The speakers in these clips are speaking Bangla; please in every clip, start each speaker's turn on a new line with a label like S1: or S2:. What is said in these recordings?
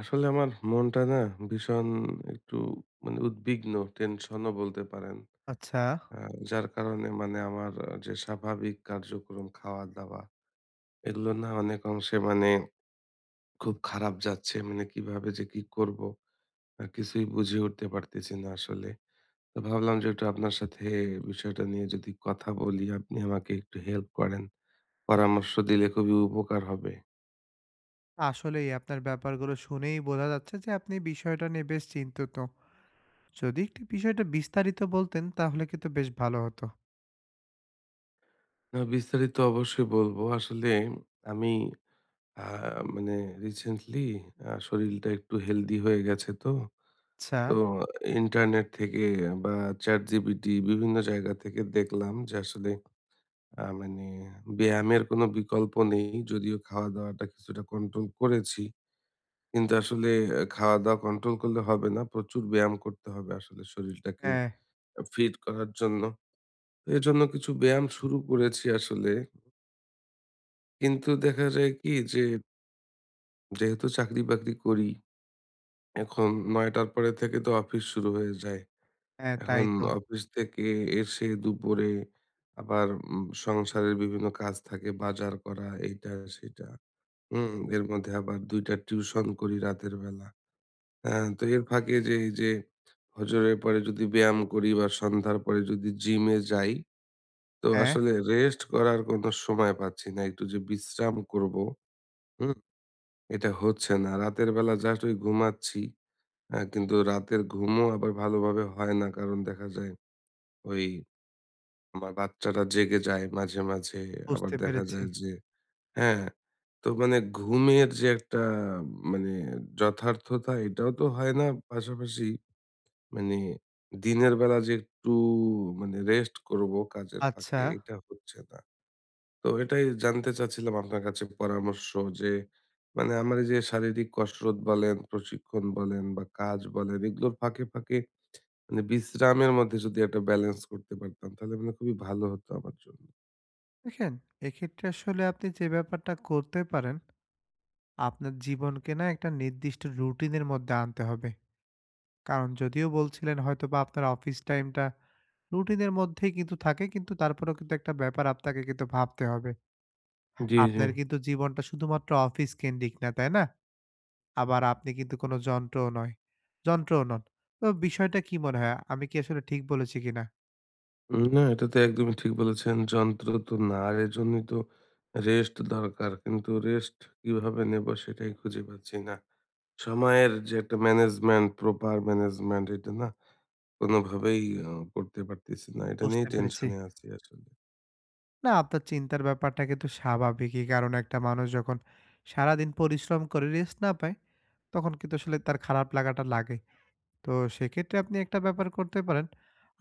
S1: আসলে আমার মনটা না ভীষণ একটু মানে উদ্বিগ্ন, টেনশনও বলতে পারেন।
S2: আচ্ছা,
S1: আ যার কারণে মানে আমার যে স্বাভাবিক কার্যক্রম খাওয়া-দাওয়া, এগুলো না অনেক অংশে মানে খুব খারাপ যাচ্ছে। মানে কিভাবে যে কি করব? কিছুই বুঝে উঠতে পারতেছি না আসলে। তো ভাবলাম যে একটু আপনার সাথে বিষয়টা নিয়ে যদি কথা বলি, আপনি আমাকে একটু হেল্প করেন। পরামর্শ দিলে খুবই উপকার হবে।
S2: আসলেই আপনার ব্যাপারগুলো শুনেই বোঝা যাচ্ছে যে আপনি বিষয়টা নিয়ে বেশ চিন্তিত। যদি একটু বিষয়টা বিস্তারিত বলতেন তাহলে কিন্তু বেশ ভালো হতো।
S1: না বিস্তারিত অবশ্যই বলবো। আসলে আমি আ মানে রিসেন্টলি শরীরটা একটু হেলদি হয়ে গেছে তো।
S2: আচ্ছা,
S1: তো ইন্টারনেট থেকে বা ChatGPT বিভিন্ন জায়গা থেকে দেখলাম যে আসলে মানে ব্যায়ামের কোনো বিকল্প নেই। যদিও খাওয়া-দাওয়াটা কিছুটা কন্ট্রোল করেছি। কিন্তু আসলে খাওয়া-দাওয়া কন্ট্রোল করলে হবে না। প্রচুর ব্যায়াম করতে হবে আসলে শরীরটাকে
S2: হ্যাঁ,
S1: ফিট করার জন্য। তো এজন্য কিছু ব্যায়াম শুরু করেছি আসলে। কিন্তু দেখা যায় কি যে যেহেতু চাকরি-বাকরি করি এখন ৯:০০টার পরে থেকে তো অফিস শুরু হয়ে যায়।
S2: হ্যাঁ, তাই
S1: এখন
S2: তো।
S1: অফিস থেকে এসে দুপুরে আবার সংসারের বিভিন্ন কাজ থাকে, বাজার করা এইটা সেটা। হুম? এর মধ্যে আবার ২টা টা টিউশন করি রাতের বেলা। হ্যাঁ? তো এর ফাঁকে যে এই যে ফজরের পরে যদি ব্যায়াম করি বা সন্ধ্যার পরে যদি জিমে যাই, তো
S2: হ্যাঁ,
S1: আসলে রেস্ট করার কোনো সময় পাচ্ছি না। একটু যে বিশ্রাম করব, হুম? এটা হচ্ছে না। রাতের বেলা জাস্ট ওই ঘুমাচ্ছি। হ্যাঁ, কিন্তু রাতের ঘুমও আবার ভালোভাবে হয় না। কারণ দেখা যায় ওই আমার বাচ্চারা জেগে যায় মাঝে, মাঝে। আবার
S2: বুঝতে
S1: দেখা
S2: পেরেছি।
S1: যায় যে হ্যাঁ, তো মানে ঘুমের যে একটা মানে যথার্থতা এটাও তো হয় না। পাশাপাশি মানে দিনের বেলা যে একটু মানে রেস্ট করব কাজের
S2: আচ্ছা,
S1: ফাঁকে এটা হচ্ছে না। তো এটাই জানতে চাচ্ছিলাম আপনার কাছে পরামর্শ যে মানে আমার এই যে শারীরিক কসরত বলেন, প্রশিক্ষণ বলেন বা কাজ বলেন এগুলোর ফাঁকে, ফাঁকে মানে বিশ্রামের মধ্যে যদি একটা ব্যালেন্স করতে পারতাম তাহলে মানে খুবই ভালো হতো আমার জন্য।
S2: দেখেন এক্ষেত্রে আসলে আপনি যে ব্যাপারটা করতে পারেন, আপনার জীবনকে না একটা নির্দিষ্ট রুটিনের মধ্যে আনতে হবে। কারণ যদিও বলছিলেন হয়তোবা আপনার অফিস টাইমটা রুটিনের মধ্যেই কিন্তু থাকে কিন্তু তারপরেও কিন্তু একটা ব্যাপার আপনাকে কিন্তু ভাবতে হবে।
S1: জি, জি।
S2: আপনার কিন্তু জীবনটা শুধুমাত্র অফিস কেন্দ্রিক না, তাই না? আবার আপনি কিন্তু কোনো যন্ত্রও নন। তো বিষয়টা কি মনে হয়? আমি কি আসলে ঠিক বলেছি কিনা?
S1: না, এটা তো একদমই ঠিক বলেছেন। যন্ত্র তো না, আর এজন্যই তো রেস্ট দরকার। কিন্তু রেস্ট কিভাবে নেব সেটাই খুঁজে পাচ্ছি না। সময়ের যে একটা ম্যানেজমেন্ট, প্রপার ম্যানেজমেন্ট এটা না কোনোভাবেই আ করতে পারতেছি না। এটা
S2: বুঝতে
S1: নিয়েই
S2: পেরেছি।
S1: টেনশনে আছি আসলে।
S2: না, আপনার চিন্তার ব্যাপারটা কিন্তু স্বাভাবিকই। কারণ একটা মানুষ যখন সারাদিন পরিশ্রম করে রেস্ট না পায়, তখন কিন্তু আসলে তার খারাপ লাগাটা লাগে। তো সেক্ষেত্রে আপনি একটা ব্যাপার করতে পারেন।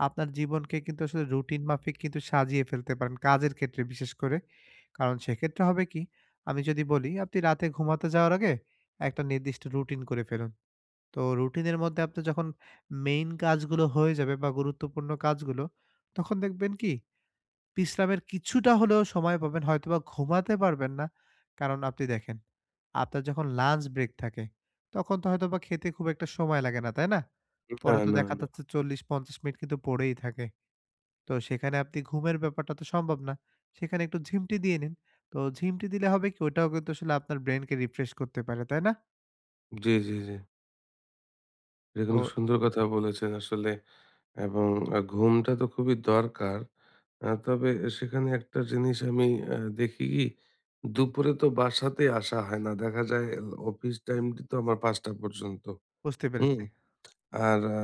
S2: আপনার জীবনকে কিন্তু আসলে রুটিন মাফিক কিন্তু সাজিয়ে ফেলতে পারেন, কাজের ক্ষেত্রে বিশেষ করে। কারণ সেক্ষেত্রে হবে কি? আমি যদি বলি, আপনি রাতে ঘুমাতে যাওয়ার আগে একটা নির্দিষ্ট রুটিন করে ফেলুন। তো রুটিনের মধ্যে আপনার যখন মেইন কাজগুলো হয়ে যাবে বা গুরুত্বপূর্ণ কাজগুলো, তখন দেখবেন কি বিশ্রামের কিছুটা হলেও সময় পাবেন, হয়তোবা ঘুমাতে পারবেন না। কারণ আপনি দেখেন, আপনার যখন লাঞ্চ ব্রেক থাকে, তখন তো হয়তোবা খেতে খুব একটা সময় লাগে না, তাই না?
S1: না,
S2: পরে তো
S1: না,
S2: দেখা
S1: না।
S2: যাচ্ছে ৪০-৫০ মিনিট কিন্তু পড়েই থাকে। তো সেখানে আপনি ঘুমের ব্যাপারটা তো সম্ভব না। সেখানে একটু ঝিমটি দিয়ে নিন। তো ঝিমটি দিলে হবে কি, ওটাও কিন্তু আসলে আপনার ব্রেইনকে রিফ্রেশ করতে পারে, তাই না?
S1: জি, জি, জি। এটা
S2: তো
S1: কিন্তু সুন্দর কথা বলেছেন আসলে। এবং ঘুমটা তো খুবই দরকার। তবে সেখানে একটা জিনিস আমি দেখি কি দুপুরে তো বাসাতেই আসা হয় না। দেখা যায় অফিস টাইমটি তো আমার ৫:০০ পর্যন্ত।
S2: বুঝতে
S1: হুম?
S2: পেরেছি,
S1: আর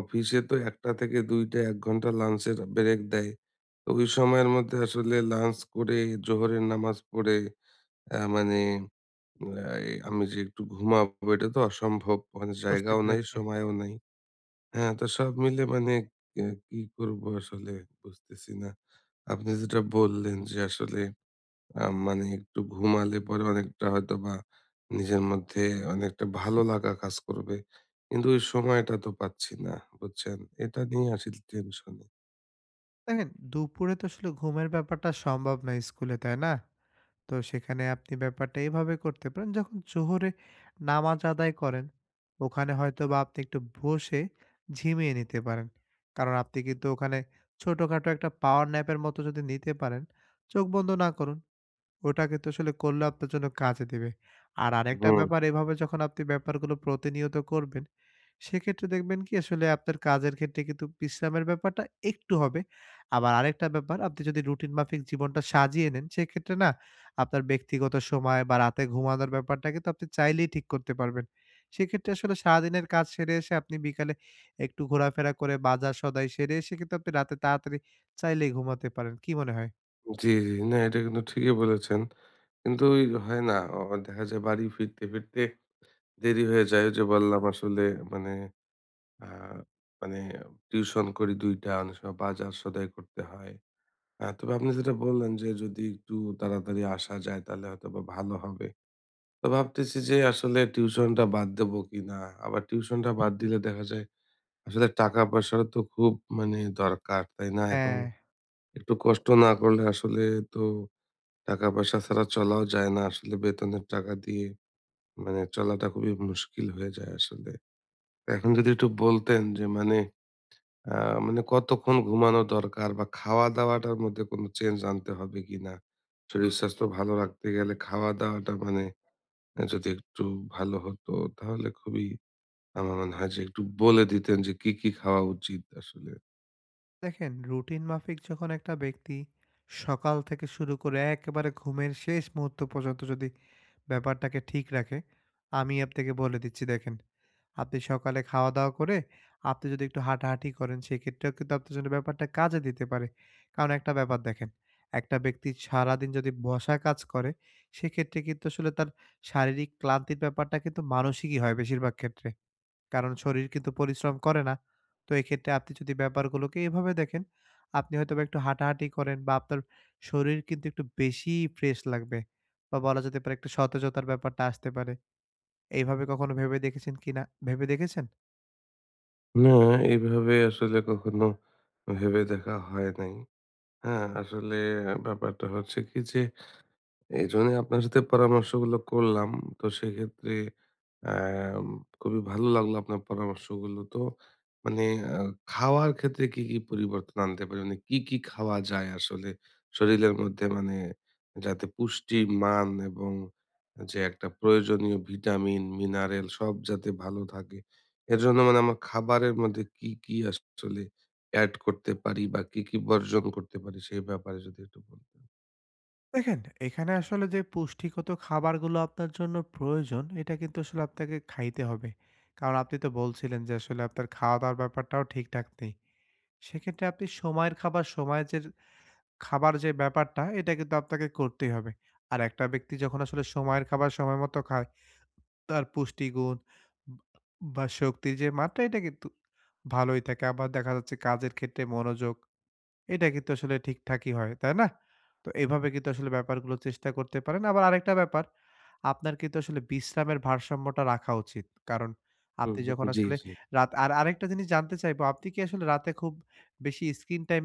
S1: অফিসে তো ১:০০ থেকে ২:০০ ১ ঘন্টা লাঞ্চের ব্রেক দেয়। তো ওই সময়ের মধ্যে আসলে লাঞ্চ করে জোহরের নামাজ পড়ে মানে আ আমি যে একটু ঘুমাবো এটা তো অসম্ভব। মানে
S2: বুঝতে
S1: জায়গাও নাই,
S2: পেরেছি।
S1: সময়ও নাই। হ্যাঁ, তো সব মিলে মানে এ কি করব আসলে বুঝতেছি না। আপনি যেটা বললেন যে আসলে মানে একটু ঘুমালে পরে অনেকটা হয়তোবা নিজের মধ্যে অনেকটা ভালো লাগা কাজ করবে। কিন্তু ওই সময়টা তো পাচ্ছি না, বুঝছেন? এটা নিয়ে আসলে টেনশনে।
S2: দেখেন, দুপুরে তো আসলে ঘুমের ব্যাপারটা সম্ভব না স্কুলে, তাই না? তো সেখানে আপনি ব্যাপারটা এভাবে করতে পারেন যখন জোহরে নামাজ আদায় করেন ওখানে হয়তো বা আপনি একটু বসে ঝিমিয়ে নিতে পারেন কারণ আপনি কিন্তু ওখানে ছোটখাটো একটা পাওয়ার ন্যাপের মতো যদি নিতে পারেন চোখ বন্ধ না করুন ওটা কিন্তু আসলে করলে আপনার জন্য কাজে দিবে। আর আরেকটা
S1: হুম,
S2: ব্যাপার এভাবে যখন আপনি ব্যাপারগুলো প্রতিনিয়ত করবেন, সেক্ষেত্রে দেখবেন কি আসলে আপনার কাজের ক্ষেত্রে কিন্তু বিশ্রামের ব্যাপারটা একটু হবে। আবার আরেকটা ব্যাপার আপনি যদি রুটিন মাফিক জীবনটা সাজিয়ে নেন, সেক্ষেত্রে না আপনার ব্যক্তিগত সময় বা রাতে ঘুমানোর ব্যাপারটা কিন্তু আপনি চাইলেই ঠিক করতে পারবেন। সেক্ষেত্রে আসলে সারাদিনের কাজ সেরে এসে আপনি বিকালে একটু ঘোরাফেরা করে বাজার সদাই সেরে এসে কিন্তু আপনি রাতে তাড়াতাড়ি চাইলেই ঘুমাতে পারেন। কি মনে হয়?
S1: জি, জি। না এটা কিন্তু ঠিকই বলেছেন। কিন্তু ওই হয় না, দেখা যায় বাড়ি ফিরতে, ফিরতে দেরি হয়ে যায়। ওই যে বললাম আসলে মানে আ মানে টিউশন করি ২টা টা, অনেক সময় বাজার সদাই করতে হয়। তবে আপনি যেটা বললেন যে যদি একটু তাড়াতাড়ি আসা যায় তাহলে হয়তোবা ভালো হবে। তো ভাবতেছি যে আসলে টিউশনটা বাদ দেবো কিনা? আবার টিউশনটা বাদ দিলে দেখা যায় আসলে টাকা-পয়সারও তো খুব মানে দরকার, তাই না? এখন
S2: হ্যাঁ।
S1: একটু কষ্ট না করলে আসলে তো টাকা-পয়সা ছাড়া চলাও যায় না। আসলে বেতনের টাকা দিয়ে মানে চলাটা খুবই মুশকিল হয়ে যায় আসলে। এখন যদি একটু বলতেন যে মানে আ মানে কতক্ষণ ঘুমানো দরকার বা খাওয়া-দাওয়াটার মধ্যে কোনো চেঞ্জ আনতে হবে কিনা? শরীর-স্বাস্থ্য ভালো রাখতে গেলে খাওয়া-দাওয়াটা মানে যদি একটু ভালো হতো তাহলে খুবই আমার মনে হয় যে একটু বলে দিতেন যে কি, কি খাওয়া উচিত আসলে।
S2: দেখেন, রুটিন মাফিক যখন একটা ব্যক্তি সকাল থেকে শুরু করে একেবারে ঘুমের শেষ মুহূর্ত পর্যন্ত যদি ব্যাপারটাকে ঠিক রাখে, আমি আপনাকে বলে দিচ্ছি দেখেন, আপনি সকালে খাওয়া-দাওয়া করে আপনি যদি একটু হাঁটাহাঁটি করেন সেক্ষেত্রেও কিন্তু আপনার জন্য ব্যাপারটা কাজে দিতে পারে। কারণ একটা ব্যাপার দেখেন, একটা ব্যক্তি সারাদিন যদি বসা কাজ করে সেক্ষেত্রে কিন্তু আসলে তার শারীরিক ক্লান্তির ব্যাপারটা কিন্তু মানসিকই হয় বেশিরভাগ ক্ষেত্রে। কারণ শরীর কিন্তু পরিশ্রম করে না। তো এক্ষেত্রে আপনি যদি ব্যাপারগুলোকে এভাবে দেখেন, আপনি হয়তোবা একটু হাঁটাহাঁটি করেন বা আপনার শরীর কিন্তু একটু বেশিই ফ্রেশ লাগবে বা বলা যেতে পারে একটু সতেজতার ব্যাপারটা আসতে পারে। এইভাবে কখনো ভেবে দেখেছেন কিনা? ভেবে দেখেছেন?
S1: না, এইভাবে আসলে কখনো ভেবে দেখা হয় নাই। হ্যাঁ, আসলে ব্যাপারটা হচ্ছে কি যে এইজন্য আপনার সাথে পরামর্শগুলো করলাম। তো সেক্ষেত্রে অ্যাম খুবই ভালো লাগলো আপনার পরামর্শগুলো। তো মানে আ খাওয়ার ক্ষেত্রে কি, কি পরিবর্তন আনতে পারি? মানে কি, কি খাওয়া যায় আসলে শরীরের মধ্যে মানে যাতে পুষ্টি, মান এবং যে একটা প্রয়োজনীয় ভিটামিন, মিনারেল সব যাতে ভালো থাকে। এজন্য মানে আমার খাবারের মধ্যে কি, কি আসলে এড করতে পারি বা কি, কি বর্জন করতে পারি সেই ব্যাপারে যদি একটু বলতেন?
S2: দেখেন, এখানে আসলে যে পুষ্টিগত খাবারগুলো আপনার জন্য প্রয়োজন, এটা কিন্তু আসলে আপনাকে খাইতে হবে। কারণ আপনি তো বলছিলেন যে আসলে আপনার খাওয়া-দাওয়ার ব্যাপারটাও ঠিকঠাক নেই। সেক্ষেত্রে আপনি সময়ের খাবার সময়ে যে খাবার যে ব্যাপারটা, এটা কিন্তু আপনাকে করতেই হবে। আর একটা ব্যক্তি যখন আসলে সময়ের খাবার সময় মতো খায়, তার পুষ্টিগুণ বা বা শক্তির যে মাত্রা, এটা কিন্তু ভালোই থাকে। আবার দেখা যাচ্ছে কাজের ক্ষেত্রে মনোযোগ, এটা কিন্তু আসলে ঠিকঠাকই হয়, তাই না? তো এভাবে কিন্তু আসলে ব্যাপারগুলো চেষ্টা করতে পারেন। আবার আরেকটা ব্যাপার, আপনার কিন্তু আসলে বিশ্রামের ভারসাম্যটা রাখা উচিত। কারণ
S1: হুম,
S2: আপনি
S1: হুম।
S2: যখন
S1: জি,
S2: আসলে
S1: জি।
S2: রাত আর আরেকটা জিনিস জানতে চাইবো, আপনি কি আসলে রাতে খুব বেশি স্ক্রিন টাইম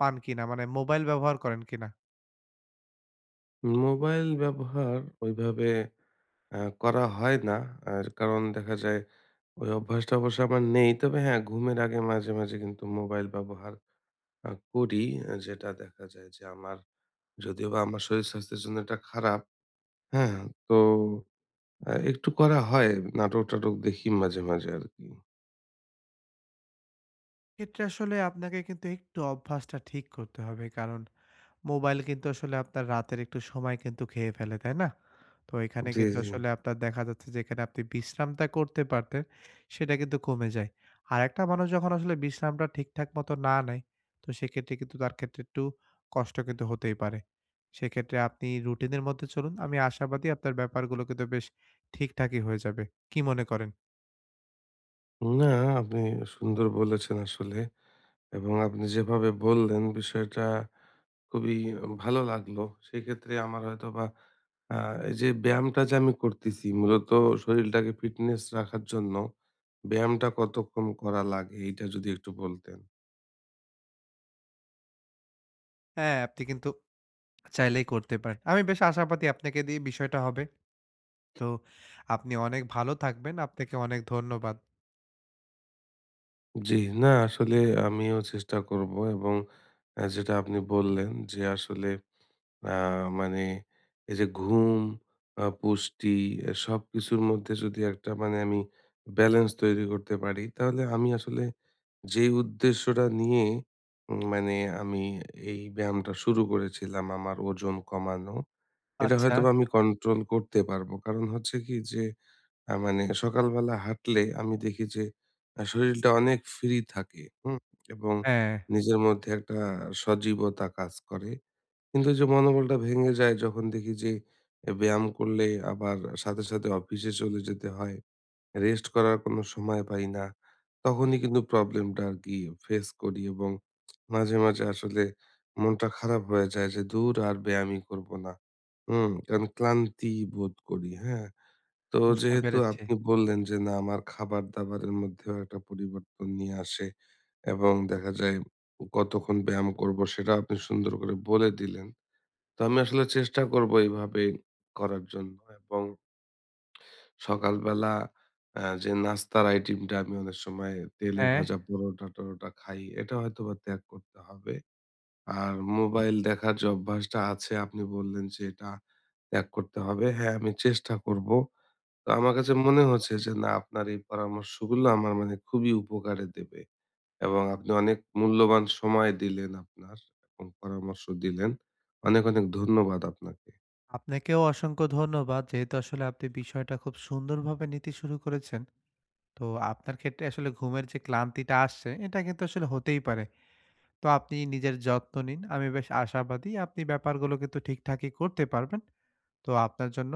S2: পান কিনা? মানে মোবাইল ব্যবহার করেন কিনা?
S1: মোবাইল ব্যবহার ওইভাবে করা হয় না। আর কারণ দেখা যায় ওই অভ্যাসটা অবশ্য আমার নেই। তবে হ্যাঁ, ঘুমের আগে মাঝে, মাঝে কিন্তু মোবাইল ব্যবহার করি। যেটা দেখা যায় যে আমার যদিওবা আমার শরীর-স্বাস্থ্যের জন্য এটা খারাপ। হ্যাঁ? তো একটু করা হয়। নাটক-টাটক দেখি মাঝে, মাঝে আরকি।
S2: এক্ষেত্রে আসলে আপনাকে কিন্তু একটু অভ্যাসটা ঠিক করতে হবে। কারণ মোবাইল কিন্তু আসলে আপনার রাতের একটু সময় কিন্তু খেয়ে ফেলে, তাই না? তো এখানে
S1: জি,
S2: কিন্তু
S1: জি।
S2: আসলে আপনার দেখা যাচ্ছে যে এখানে আপনি বিশ্রামটা করতে পারতেন, সেটা কিন্তু কমে যায়। আরেকটা মানুষ যখন আসলে বিশ্রামটা ঠিকঠাক মতো না নেয়, তো সেক্ষেত্রে কিন্তু তার ক্ষেত্রে একটু কষ্ট কিন্তু হতেই পারে। সেক্ষেত্রে আপনি রুটিনের মধ্যে চলুন। আমি আশাবাদী আপনার ব্যাপারগুলো কিন্তু বেশ ঠিকঠাকই হয়ে যাবে। কি মনে করেন?
S1: না আপনি সুন্দর বলেছেন আসলে। এবং আপনি যেভাবে বললেন বিষয়টা খুবই ভালো লাগলো। সেক্ষেত্রে আমার হয়তোবা আ এই যে ব্যায়ামটা যে আমি করতেছি মূলত শরীরটাকে ফিটনেস রাখার জন্য ব্যায়ামটা কতক্ষণ করা লাগে এইটা যদি একটু বলতেন।
S2: হ্যাঁ, আপনি কিন্তু চাইলেই করতে পারেন। আমি বেশ আশাবাদী আপনাকে দিয়ে বিষয়টা হবে। তো আপনি অনেক ভালো থাকবেন। আপনাকে অনেক ধন্যবাদ।
S1: জি, না আসলে আমিও চেষ্টা করব এবং যেটা আপনি বললেন যে আসলে আ মানে এই যে ঘুম, পুষ্টি সবকিছুর মধ্যে যদি একটা মানে আমি ব্যালেন্স তৈরি করতে পারি তাহলে আমি আসলে যেই উদ্দেশ্যটা নিয়ে মানে আমি এই ব্যায়ামটা শুরু করেছিলাম আমার ওজন কমানো এটা
S2: আচ্ছা,
S1: হয়তোবা আমি কন্ট্রোল করতে পারবো। কারণ হচ্ছে কি যে, মানে সকালবেলা হাঁটলে আমি দেখি যে, শরীরটা অনেক ফ্রি থাকে, হুম? এবং
S2: হ্যাঁ,
S1: নিজের মধ্যে একটা সজীবতা কাজ করে। কিন্তু ওই যে মনোবলটা ভেঙে যায় যখন দেখি যে, ব্যায়াম করলে আবার সাথে, সাথে অফিসে চলে যেতে হয়। রেস্ট করার কোনো সময় পাই না। তখনই কিন্তু প্রবলেমটা আরকি ফেস করি এবং মাঝে, মাঝে আসলে মনটা খারাপ হয়ে যায় যে, "দূর আর ব্যায়ামই করবো না।" হুম? কারণ ক্লান্তি বোধ করি, হ্যাঁ? তো
S2: বুঝতে
S1: যেহেতু
S2: পেরেছি।
S1: আপনি বললেন যে, না আমার খাবার-দাবারের মধ্যেও একটা পরিবর্তন নিয়ে আসে এবং দেখা যায় কতক্ষণ ব্যায়াম করবো সেটাও আপনি সুন্দর করে বলে দিলেন। তো আমি আসলে চেষ্টা করবো এভাবে করার জন্য এবং সকালবেলা যে নাস্তার আইটেমটা আমি অনেক সময় তেলে
S2: হ্যাঁ,
S1: ভাজা পরোটা-টরোটা খাই, এটা হয়তোবা ত্যাগ করতে হবে। আর মোবাইল দেখার যে অভ্যাসটা আছে আপনি বললেন যে এটা ত্যাগ করতে হবে। হ্যাঁ, আমি চেষ্টা করব। তো আমার কাছে মনে হচ্ছে যে না আপনার এই পরামর্শগুলো আমার মানে খুবই উপকারে দেবে। এবং আপনি অনেক মূল্যবান সময় দিলেন আপনার এবং পরামর্শ দিলেন। অনেক, অনেক ধন্যবাদ আপনাকে।
S2: আপনাকেও অসংখ্য ধন্যবাদ। যেহেতু আসলে আপনি বিষয়টা খুব সুন্দরভাবে নিতে শুরু করেছেন। তো আপনার ক্ষেত্রে আসলে ঘুমের যে ক্লান্তিটা আসছে, এটা কিন্তু আসলে হতেই পারে। তো আপনি নিজের যত্ন নিন। আমি বেশ আশাবাদী আপনি ব্যাপারগুলো কিন্তু ঠিকঠাকই করতে পারবেন। তো আপনার জন্য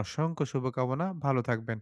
S2: অসংখ্য শুভকামনা। ভালো থাকবেন।